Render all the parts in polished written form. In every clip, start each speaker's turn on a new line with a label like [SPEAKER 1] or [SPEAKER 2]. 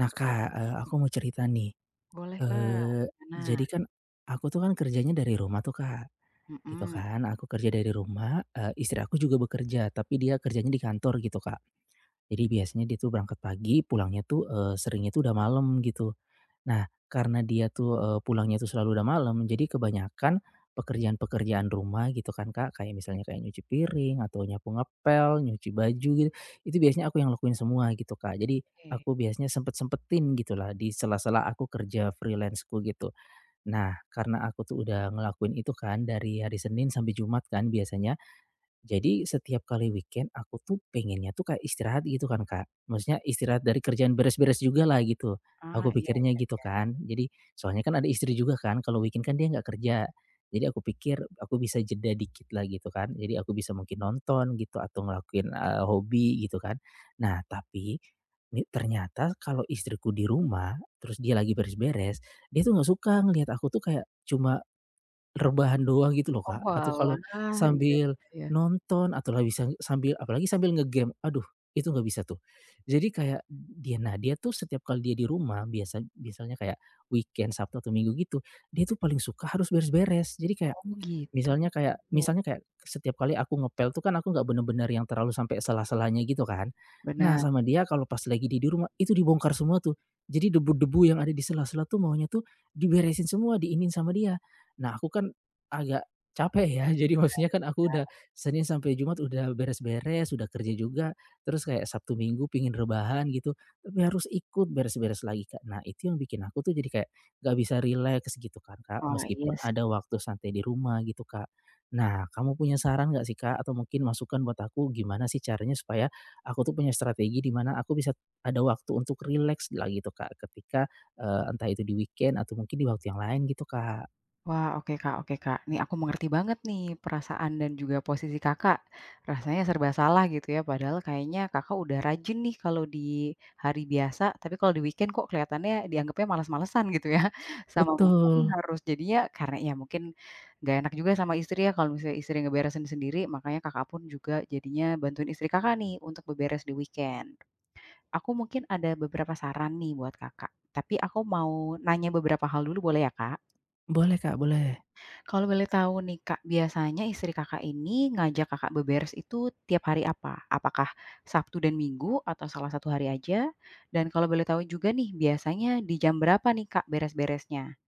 [SPEAKER 1] Nah, Kak, aku mau cerita nih.
[SPEAKER 2] Boleh, Kak.
[SPEAKER 1] eee,
[SPEAKER 2] Gimana?
[SPEAKER 1] jadi kan aku tuh kan kerjanya dari rumah tuh, Kak, gitu
[SPEAKER 2] Mhm,
[SPEAKER 1] kan. Aku kerja dari rumah, istri aku juga bekerja, tapi dia kerjanya di kantor gitu, Kak. Jadi biasanya dia tuh berangkat pagi, pulangnya tuh, seringnya tuh udah malam gitu. Nah, karena dia tuh, pulangnya tuh selalu udah malam, jadi kebanyakan pekerjaan-pekerjaan rumah gitu kan, Kak, kayak misalnya kayak nyuci piring atau nyapu ngepel, nyuci baju gitu, itu biasanya aku yang lakuin semua gitu, Kak. Jadi
[SPEAKER 2] oke.
[SPEAKER 1] aku biasanya sempet-sempetin gitulah di sela-sela aku kerja freelanceku gitu. Nah, karena aku tuh udah ngelakuin itu kan dari hari Senin sampai Jumat kan biasanya. Jadi setiap kali weekend aku tuh pengennya tuh kayak istirahat gitu kan, Kak. Maksudnya istirahat dari kerjaan beres-beres juga lah gitu,
[SPEAKER 2] Ah,
[SPEAKER 1] aku
[SPEAKER 2] iya.
[SPEAKER 1] pikirnya gitu kan. Jadi soalnya kan ada istri juga kan, kalau weekend kan dia nggak kerja. Jadi aku pikir aku bisa jeda dikit lah gitu kan, jadi aku bisa mungkin nonton gitu atau ngelakuin, hobi gitu kan. Nah tapi, ni ternyata kalau istriku di rumah, terus dia lagi beres-beres, dia tuh nggak suka ngelihat aku tuh kayak cuma rebahan doang gitu loh,
[SPEAKER 2] Oh,
[SPEAKER 1] Kak, atau kalau
[SPEAKER 2] oalah, iya
[SPEAKER 1] sambil
[SPEAKER 2] iya iya.
[SPEAKER 1] nonton atau lah bisa sambil apalagi sambil ngegame, aduh, itu nggak bisa tuh. Jadi kayak dia tuh setiap kali dia di rumah biasanya kayak weekend, Sabtu atau Minggu gitu, dia tuh paling suka harus beres-beres. Jadi kayak
[SPEAKER 2] Oh, gitu.
[SPEAKER 1] misalnya setiap kali aku ngepel tuh kan aku nggak bener-bener yang terlalu sampai salah-salahnya gitu kan. Nah
[SPEAKER 2] Benar.
[SPEAKER 1] sama dia kalau pas lagi di rumah, itu dibongkar semua tuh. Jadi debu-debu yang ada di sela-sela tuh maunya tuh diberesin semua, diinin sama dia. Nah aku kan agak capek ya, jadi maksudnya kan aku udah Senin sampai Jumat udah beres-beres, udah kerja juga, terus kayak Sabtu Minggu pingin rebahan gitu, tapi harus ikut beres-beres lagi, Kak. Nah itu yang bikin aku tuh jadi kayak gak bisa rileks gitu kan, Kak,
[SPEAKER 2] Wah, iya
[SPEAKER 1] meskipun
[SPEAKER 2] sih.
[SPEAKER 1] ada waktu santai di rumah gitu, Kak. Nah, kamu punya saran nggak sih, Kak, atau mungkin masukan buat aku gimana sih caranya supaya aku tuh punya strategi di mana aku bisa ada waktu untuk rileks lagi gitu, Kak, ketika, entah itu di weekend atau mungkin di waktu yang lain gitu, Kak?
[SPEAKER 2] Wah, oke Kak oke Kak. Nih aku mengerti banget nih perasaan dan juga posisi Kakak. Rasanya serba salah gitu ya, padahal kayaknya Kakak udah rajin nih kalau di hari biasa, tapi kalau di weekend kok kelihatannya dianggapnya malas malesan gitu ya. Sama mungkin
[SPEAKER 1] Betul.
[SPEAKER 2] harus jadinya karena ya mungkin nggak enak juga sama istri ya kalau misalnya istri ngeberesin sendiri, makanya Kakak pun juga jadinya bantuin istri Kakak nih untuk beberes di weekend. Aku mungkin ada beberapa saran nih buat Kakak, tapi aku mau nanya beberapa hal dulu boleh ya, Kak?
[SPEAKER 1] Boleh, Kak, boleh.
[SPEAKER 2] Kalau boleh tahu nih Kak, biasanya istri Kakak ini ngajak Kakak beberes itu tiap hari apa? Apakah Sabtu dan Minggu atau salah satu hari aja? Dan kalau boleh tahu juga nih, biasanya di jam berapa nih Kak beres-beresnya?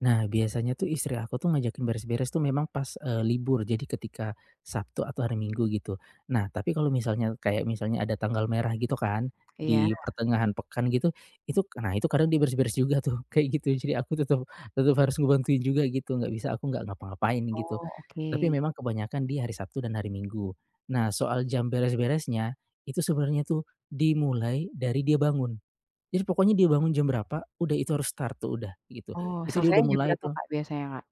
[SPEAKER 1] Nah, biasanya tuh istri aku tuh ngajakin beres-beres tuh memang pas, libur, jadi ketika Sabtu atau hari Minggu gitu. Nah, tapi kalau misalnya kayak misalnya ada tanggal merah gitu kan,
[SPEAKER 2] Iya.
[SPEAKER 1] di pertengahan pekan gitu, itu nah itu kadang dia beres-beres juga tuh, kayak gitu. Jadi aku tetep tetep harus ngebantuin juga gitu, nggak bisa aku nggak ngapa-ngapain gitu.
[SPEAKER 2] Oh, oke.
[SPEAKER 1] Tapi memang kebanyakan di hari Sabtu dan hari Minggu. Nah, soal jam beres-beresnya, itu sebenarnya tuh dimulai dari dia bangun. Jadi pokoknya dia bangun jam berapa, udah itu harus start tuh udah, gitu.
[SPEAKER 2] Oh,
[SPEAKER 1] Itu dia
[SPEAKER 2] selesai
[SPEAKER 1] udah
[SPEAKER 2] jam
[SPEAKER 1] mulai
[SPEAKER 2] berapa
[SPEAKER 1] tuh.
[SPEAKER 2] Kak biasanya Kak?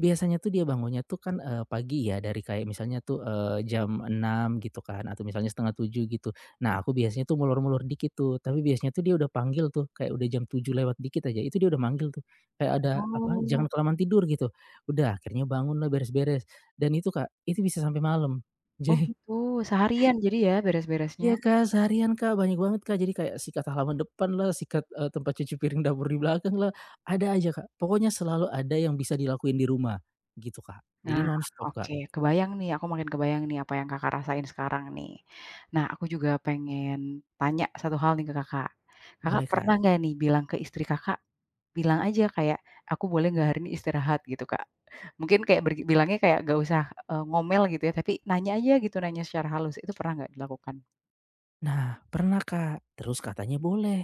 [SPEAKER 1] Biasanya tuh dia bangunnya tuh kan, pagi ya dari kayak misalnya tuh, jam 6 gitu kan atau misalnya setengah tujuh gitu. Nah aku biasanya tuh mulur-mulur dikit tuh, tapi biasanya tuh dia udah panggil tuh, kayak udah jam 7 lewat dikit aja, itu dia udah manggil tuh. Kayak ada apa,
[SPEAKER 2] Oh,
[SPEAKER 1] "Jangan kelamaan tidur," gitu. Udah akhirnya bangun lah beres-beres, dan itu, Kak, itu bisa sampai malam.
[SPEAKER 2] oh
[SPEAKER 1] Jadi
[SPEAKER 2] gitu, seharian jadi ya beres-beresnya?
[SPEAKER 1] iya, Kak, seharian, Kak, banyak banget, Kak. Jadi kayak sikat halaman depan lah, sikat, tempat cuci piring dapur di belakang lah, ada aja, Kak. Pokoknya selalu ada yang bisa dilakuin di rumah, gitu, Kak. Jadi
[SPEAKER 2] Nah,
[SPEAKER 1] nonstop, Kak.
[SPEAKER 2] oke, kebayang nih, aku makin kebayang nih apa yang Kakak rasain sekarang nih. Nah, aku juga pengen tanya satu hal nih ke Kakak. Kakak
[SPEAKER 1] Boleh, Kak.
[SPEAKER 2] pernah nggak nih bilang ke istri Kakak, bilang aja kayak, "Aku boleh nggak hari ini istirahat?" Gitu, Kak. Mungkin kayak bilangnya kayak nggak usah, ngomel gitu ya, tapi nanya aja gitu, nanya secara halus. Itu pernah nggak dilakukan?
[SPEAKER 1] Nah, pernah, Kak. Terus katanya boleh,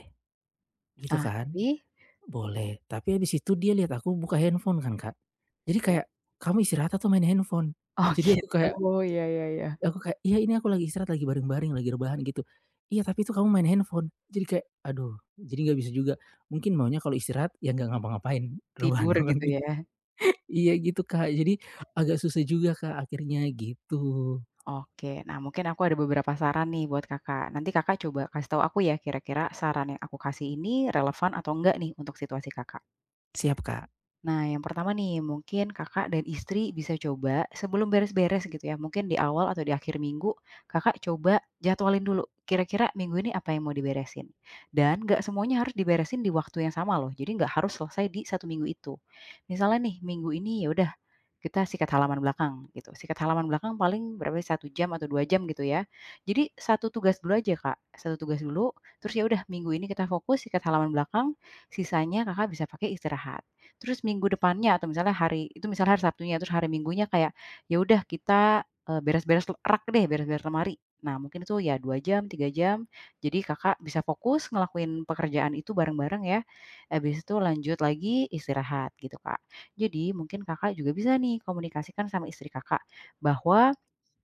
[SPEAKER 1] gitu
[SPEAKER 2] Ah,
[SPEAKER 1] kan.
[SPEAKER 2] tapi
[SPEAKER 1] Boleh, tapi habis itu dia lihat aku buka handphone kan, Kak. Jadi
[SPEAKER 2] iya.
[SPEAKER 1] kayak, "Kamu istirahat atau main handphone?"
[SPEAKER 2] Oh,
[SPEAKER 1] Jadi aku kayak
[SPEAKER 2] gitu, ya ya ya
[SPEAKER 1] aku kayak, "Iya ini aku lagi istirahat, lagi bareng-bareng, lagi rebahan," gitu. "Iya tapi itu kamu main handphone." Jadi kayak, aduh, jadi nggak bisa juga. Mungkin maunya kalau istirahat ya nggak ngapa-ngapain, rebahan
[SPEAKER 2] Tidur
[SPEAKER 1] doang
[SPEAKER 2] gitu ya?
[SPEAKER 1] gitu. Iya gitu, Kak, jadi agak susah juga, Kak, akhirnya gitu.
[SPEAKER 2] Oke. Nah, mungkin aku ada beberapa saran nih buat Kakak. Nanti Kakak coba kasih tahu aku ya, kira-kira saran yang aku kasih ini relevan atau enggak nih untuk situasi Kakak.
[SPEAKER 1] Siap, Kak.
[SPEAKER 2] Nah, yang pertama nih, mungkin Kakak dan istri bisa coba sebelum beres-beres gitu ya, mungkin di awal atau di akhir minggu, Kakak coba jadwalin dulu, kira-kira minggu ini apa yang mau diberesin. Dan nggak semuanya harus diberesin di waktu yang sama loh, jadi nggak harus selesai di satu minggu itu. Misalnya nih, minggu ini ya udah kita sikat halaman belakang gitu, sikat halaman belakang paling berapa sih 1 jam atau 2 jam gitu ya. Jadi satu tugas dulu aja Kak, satu tugas dulu, terus ya udah minggu ini kita fokus sikat halaman belakang, sisanya Kakak bisa pakai istirahat. Terus minggu depannya atau misalnya hari itu misalnya hari Sabtunya, terus hari Minggunya kayak, ya udah kita beres-beres rak deh, beres-beres lemari. Nah mungkin itu ya 2 jam, 3 jam, jadi Kakak bisa fokus ngelakuin pekerjaan itu bareng-bareng ya, habis itu lanjut lagi istirahat gitu Kak. Jadi mungkin Kakak juga bisa nih komunikasikan sama istri Kakak bahwa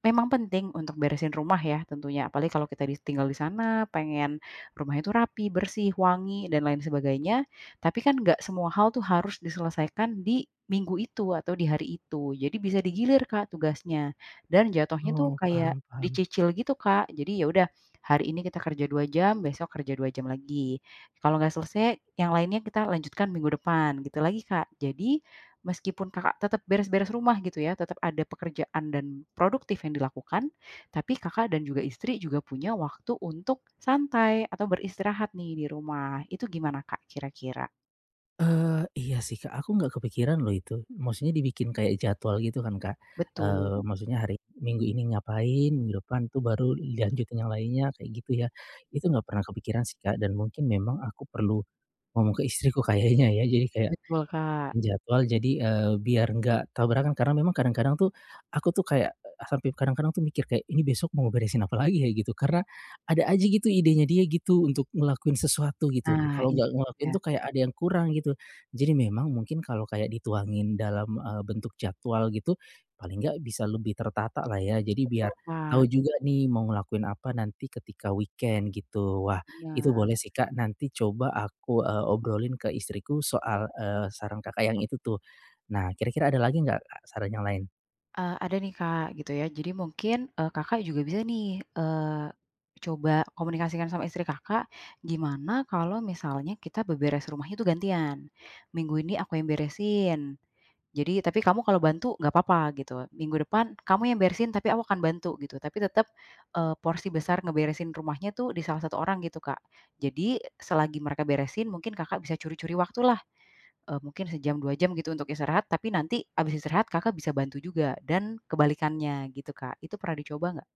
[SPEAKER 2] memang penting untuk beresin rumah ya tentunya, apalagi kalau kita tinggal di sana, pengen rumah itu rapi, bersih, wangi, dan lain sebagainya. Tapi kan nggak semua hal tuh harus diselesaikan di minggu itu atau di hari itu. Jadi bisa digilir Kak tugasnya, dan jatuhnya tuh
[SPEAKER 1] Oh,
[SPEAKER 2] kayak
[SPEAKER 1] paham paham.
[SPEAKER 2] dicicil gitu Kak. Jadi ya udah, hari ini kita kerja 2 jam, besok kerja 2 jam lagi. Kalau nggak selesai, yang lainnya kita lanjutkan minggu depan, gitu lagi Kak. Jadi Meskipun Kakak tetap beres-beres rumah gitu ya, tetap ada pekerjaan dan produktif yang dilakukan, tapi Kakak dan juga istri juga punya waktu untuk santai atau beristirahat nih di rumah. Itu gimana Kak kira-kira?
[SPEAKER 1] Iya sih, Kak, aku nggak kepikiran loh itu. Maksudnya dibikin kayak jadwal gitu kan, Kak.
[SPEAKER 2] Betul,
[SPEAKER 1] Maksudnya hari minggu ini ngapain, minggu depan tuh baru dilanjutin yang lainnya, kayak gitu ya. Itu nggak pernah kepikiran sih, Kak, dan mungkin memang aku perlu ngomong ke istriku kayaknya ya. Jadi kayak
[SPEAKER 2] betul Kak.
[SPEAKER 1] jadwal jadi, biar nggak tabrakan karena memang kadang-kadang tuh aku tuh kayak, sampai kadang-kadang tuh mikir kayak, "Ini besok mau beresin apa lagi ya?" Gitu, karena ada aja gitu idenya dia gitu untuk ngelakuin sesuatu gitu,
[SPEAKER 2] Nah
[SPEAKER 1] kalau nggak
[SPEAKER 2] iya,
[SPEAKER 1] ngelakuin tuh kayak ada yang kurang gitu. Jadi memang mungkin kalau kayak dituangin dalam, bentuk jadwal gitu, paling nggak bisa lebih tertata lah ya, jadi
[SPEAKER 2] betul
[SPEAKER 1] biar
[SPEAKER 2] Kak,
[SPEAKER 1] tahu juga nih mau ngelakuin apa nanti ketika weekend gitu. Wah itu
[SPEAKER 2] bener.
[SPEAKER 1] boleh sih, Kak, nanti coba aku, obrolin ke istriku soal, saran Kakak yang itu tuh. Nah, kira-kira ada lagi nggak, Kak, saran yang lain?
[SPEAKER 2] Ada nih Kak gitu ya, jadi mungkin Kakak juga bisa nih, eee, coba komunikasikan sama istri Kakak, gimana kalau misalnya kita beberes rumahnya itu gantian, minggu ini aku yang beresin, Jadi, tapi kamu kalau bantu nggak apa-apa gitu, minggu depan kamu yang beresin tapi aku akan bantu gitu, tapi tetap porsi besar ngeberesin rumahnya tuh di salah satu orang gitu, Kak. Jadi selagi mereka beresin mungkin Kakak bisa curi-curi waktulah, mungkin sejam, 2 jam gitu untuk istirahat, tapi nanti abis istirahat Kakak bisa bantu juga dan kebalikannya gitu, Kak. Itu pernah dicoba nggak?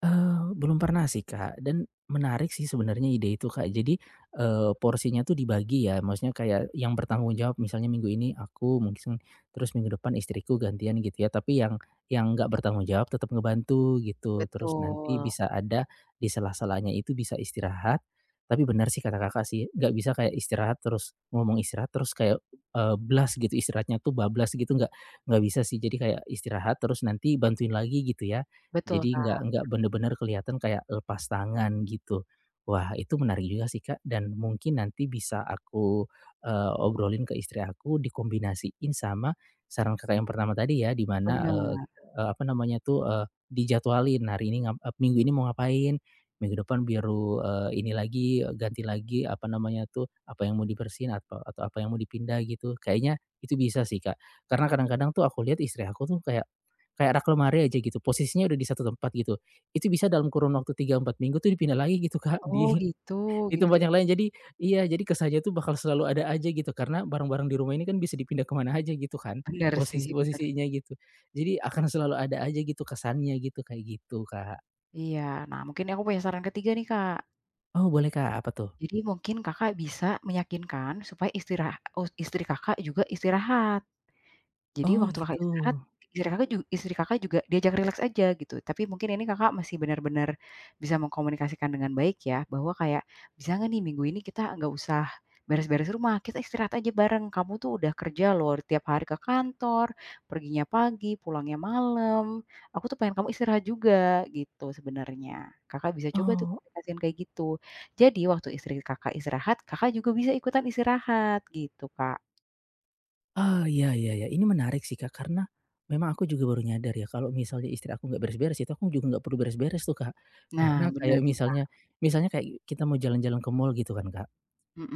[SPEAKER 1] Belum pernah sih, Kak, dan menarik sih sebenarnya ide itu, Kak. Jadi, porsinya tuh dibagi ya, maksudnya kayak yang bertanggung jawab misalnya minggu ini aku mungkin terus minggu depan istriku gantian gitu ya, tapi yang nggak bertanggung jawab tetap ngebantu gitu. Terus nanti
[SPEAKER 2] Betul,
[SPEAKER 1] bisa ada di sela-selanya itu bisa istirahat, tapi benar sih kata Kakak sih, nggak bisa kayak istirahat terus ngomong istirahat terus kayak, blas gitu istirahatnya tuh bablas gitu nggak bisa sih. Jadi kayak istirahat terus nanti bantuin lagi gitu ya.
[SPEAKER 2] betul,
[SPEAKER 1] Jadi nggak
[SPEAKER 2] Kak,
[SPEAKER 1] nggak bener-bener kelihatan kayak lepas tangan gitu. Wah itu menarik juga sih, Kak, dan mungkin nanti bisa aku, obrolin ke istri aku dikombinasiin sama saran Kakak yang pertama tadi ya di mana, eee
[SPEAKER 2] bener.
[SPEAKER 1] eee, apa namanya tuh, dijadwalin hari ini minggu ini mau ngapain, minggu depan baru, ini lagi, ganti lagi apa namanya tuh, apa yang mau dibersihin atau apa yang mau dipindah gitu. Kayaknya itu bisa sih, Kak, karena kadang-kadang tuh aku lihat istri aku tuh kayak kayak rak lemari aja gitu, posisinya udah di satu tempat gitu. Itu bisa dalam kurun waktu 3-4 minggu tuh dipindah lagi gitu, Kak, di
[SPEAKER 2] Oh gitu,
[SPEAKER 1] di
[SPEAKER 2] gitu
[SPEAKER 1] tempat
[SPEAKER 2] ya.
[SPEAKER 1] yang lain. Jadi iya, jadi kesannya tuh bakal selalu ada aja gitu, karena barang-barang di rumah ini kan bisa dipindah kemana aja gitu kan,
[SPEAKER 2] Bener sih, bener.
[SPEAKER 1] posisi-posisinya gitu. Jadi akan selalu ada aja gitu kesannya gitu, kayak gitu, Kak.
[SPEAKER 2] Iya, nah mungkin aku punya saran ketiga nih, Kak.
[SPEAKER 1] Oh boleh, Kak, apa tuh?
[SPEAKER 2] Jadi mungkin Kakak bisa meyakinkan supaya istri Kakak juga istirahat. Jadi
[SPEAKER 1] Oh
[SPEAKER 2] waktu Kakak
[SPEAKER 1] gitu.
[SPEAKER 2] istirahat, istri Kakak juga diajak rileks aja gitu, tapi mungkin ini Kakak masih benar-benar bisa mengkomunikasikan dengan baik ya, bahwa kayak, "Bisa nggak nih minggu ini kita nggak usah beres-beres rumah, kita istirahat aja bareng. Kamu tuh udah kerja loh tiap hari ke kantor, perginya pagi, pulangnya malam. Aku tuh pengen kamu istirahat juga," gitu sebenarnya. Kakak bisa coba tuh
[SPEAKER 1] Oh.
[SPEAKER 2] komunikasiin kayak gitu. Jadi waktu istri Kakak istirahat, Kakak juga bisa ikutan istirahat gitu, Kak.
[SPEAKER 1] Ah, iya iya iya, ini menarik sih, Kak, karena memang aku juga baru nyadar ya kalau misalnya istri aku nggak beres-beres itu aku juga nggak perlu beres-beres tuh, Kak.
[SPEAKER 2] Nah,
[SPEAKER 1] Karena
[SPEAKER 2] bener
[SPEAKER 1] kayak
[SPEAKER 2] tuh, Kak.
[SPEAKER 1] misalnya misalnya kayak kita mau jalan-jalan ke mall gitu kan, Kak,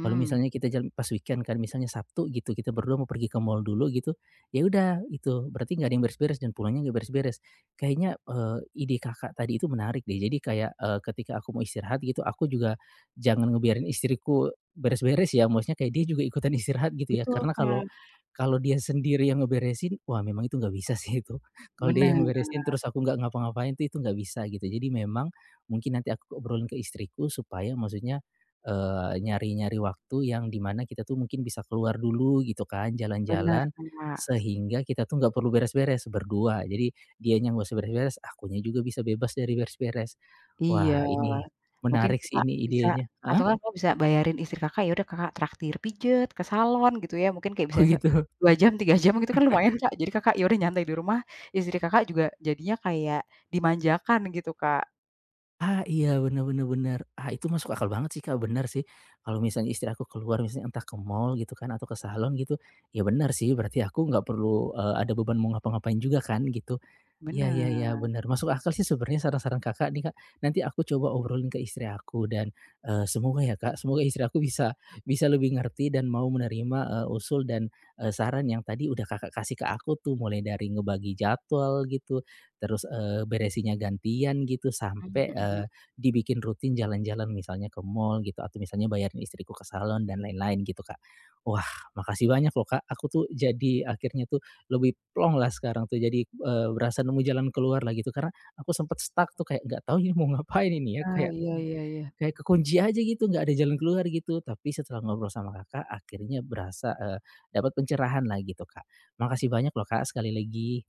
[SPEAKER 1] kalau misalnya kita jalan pas weekend kan, misalnya Sabtu gitu, kita berdua mau pergi ke mall dulu gitu, ya udah itu, berarti nggak ada yang beres-beres dan pulangnya nggak beres-beres. Kayaknya, ide Kakak tadi itu menarik deh, jadi kayak, ketika aku mau istirahat gitu, aku juga jangan ngebiarin istriku beres-beres ya, maksudnya kayak dia juga ikutan istirahat gitu ya.
[SPEAKER 2] Betul,
[SPEAKER 1] Karena kalau
[SPEAKER 2] Kak.
[SPEAKER 1] kalau dia sendiri yang ngeberesin, wah memang itu nggak bisa sih itu. Kalau dia yang
[SPEAKER 2] Bener
[SPEAKER 1] ngeberesin terus aku nggak ngapa-ngapain tuh, itu nggak bisa gitu. Jadi memang mungkin nanti aku obrolin ke istriku supaya maksudnya nyari-nyari waktu yang dimana kita tuh mungkin bisa keluar dulu gitu kan,
[SPEAKER 2] bener,
[SPEAKER 1] jalan-jalan,
[SPEAKER 2] Kak.
[SPEAKER 1] sehingga kita tuh nggak perlu beres-beres berdua. Jadi dianya nggak usah beres-beres, akunya juga bisa bebas dari beres-beres.
[SPEAKER 2] Iya,
[SPEAKER 1] Wah ini
[SPEAKER 2] mungkin
[SPEAKER 1] menarik sih
[SPEAKER 2] Kakak
[SPEAKER 1] ini
[SPEAKER 2] bisa
[SPEAKER 1] idenya.
[SPEAKER 2] atau
[SPEAKER 1] Heeh?
[SPEAKER 2] kan Kakak bisa bayarin istri Kakak, ya udah Kakak traktir pijet, ke salon gitu ya, mungkin kayak bisa
[SPEAKER 1] Oh
[SPEAKER 2] se
[SPEAKER 1] gitu?
[SPEAKER 2] 2 jam, 3 jam gitu kan lumayan, Kak. Jadi Kakak, ya udah nyantai di rumah, istri Kakak juga jadinya kayak dimanjakan gitu, Kak.
[SPEAKER 1] Ah, iya bener-bener bener bener bener. Ah, itu masuk akal banget sih, Kak, bener sih. Kalau misalnya istri aku keluar misalnya entah ke mall gitu kan atau ke salon gitu, ya benar sih berarti aku nggak perlu, ada beban mau ngapa-ngapain juga kan gitu. Iya iya iya,
[SPEAKER 2] Bener.
[SPEAKER 1] benar. Masuk akal sih sebenarnya saran-saran Kakak nih, Kak. Nanti aku coba obrolin ke istri aku dan, semoga ya, Kak, semoga istri aku bisa bisa lebih ngerti dan mau menerima, usul dan, saran yang tadi udah Kakak kasih ke aku tuh, mulai dari ngebagi jadwal gitu, terus, beresinnya gantian gitu,
[SPEAKER 2] Mhm
[SPEAKER 1] sampai,
[SPEAKER 2] mhm.
[SPEAKER 1] dibikin rutin jalan-jalan misalnya ke mall gitu, atau misalnya bayarin istriku ke salon dan lain-lain gitu, Kak. Wah, makasih banyak loh, Kak, aku tuh jadi akhirnya tuh lebih plong lah sekarang tuh jadi, berasa nemu jalan keluar lah gitu karena aku sempet stuck tuh kayak nggak tahu ini mau ngapain ini ya
[SPEAKER 2] Ah,
[SPEAKER 1] kayak
[SPEAKER 2] iya iya iya.
[SPEAKER 1] kayak kekunci aja gitu nggak ada jalan keluar gitu tapi setelah ngobrol sama Kakak akhirnya berasa, dapat pencerahan lah gitu, Kak. Makasih banyak loh, Kak, sekali lagi.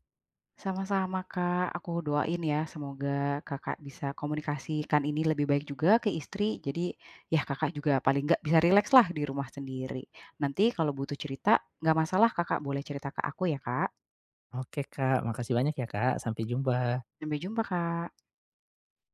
[SPEAKER 2] Sama-sama Kak, aku doain ya semoga Kakak bisa komunikasikan ini lebih baik juga ke istri. Jadi ya Kakak juga paling nggak bisa rileks lah di rumah sendiri. Nanti kalau butuh cerita, nggak masalah Kakak boleh cerita ke aku ya Kak.
[SPEAKER 1] Oke, Kak, makasih banyak ya, Kak, sampai jumpa.
[SPEAKER 2] Sampai jumpa Kak.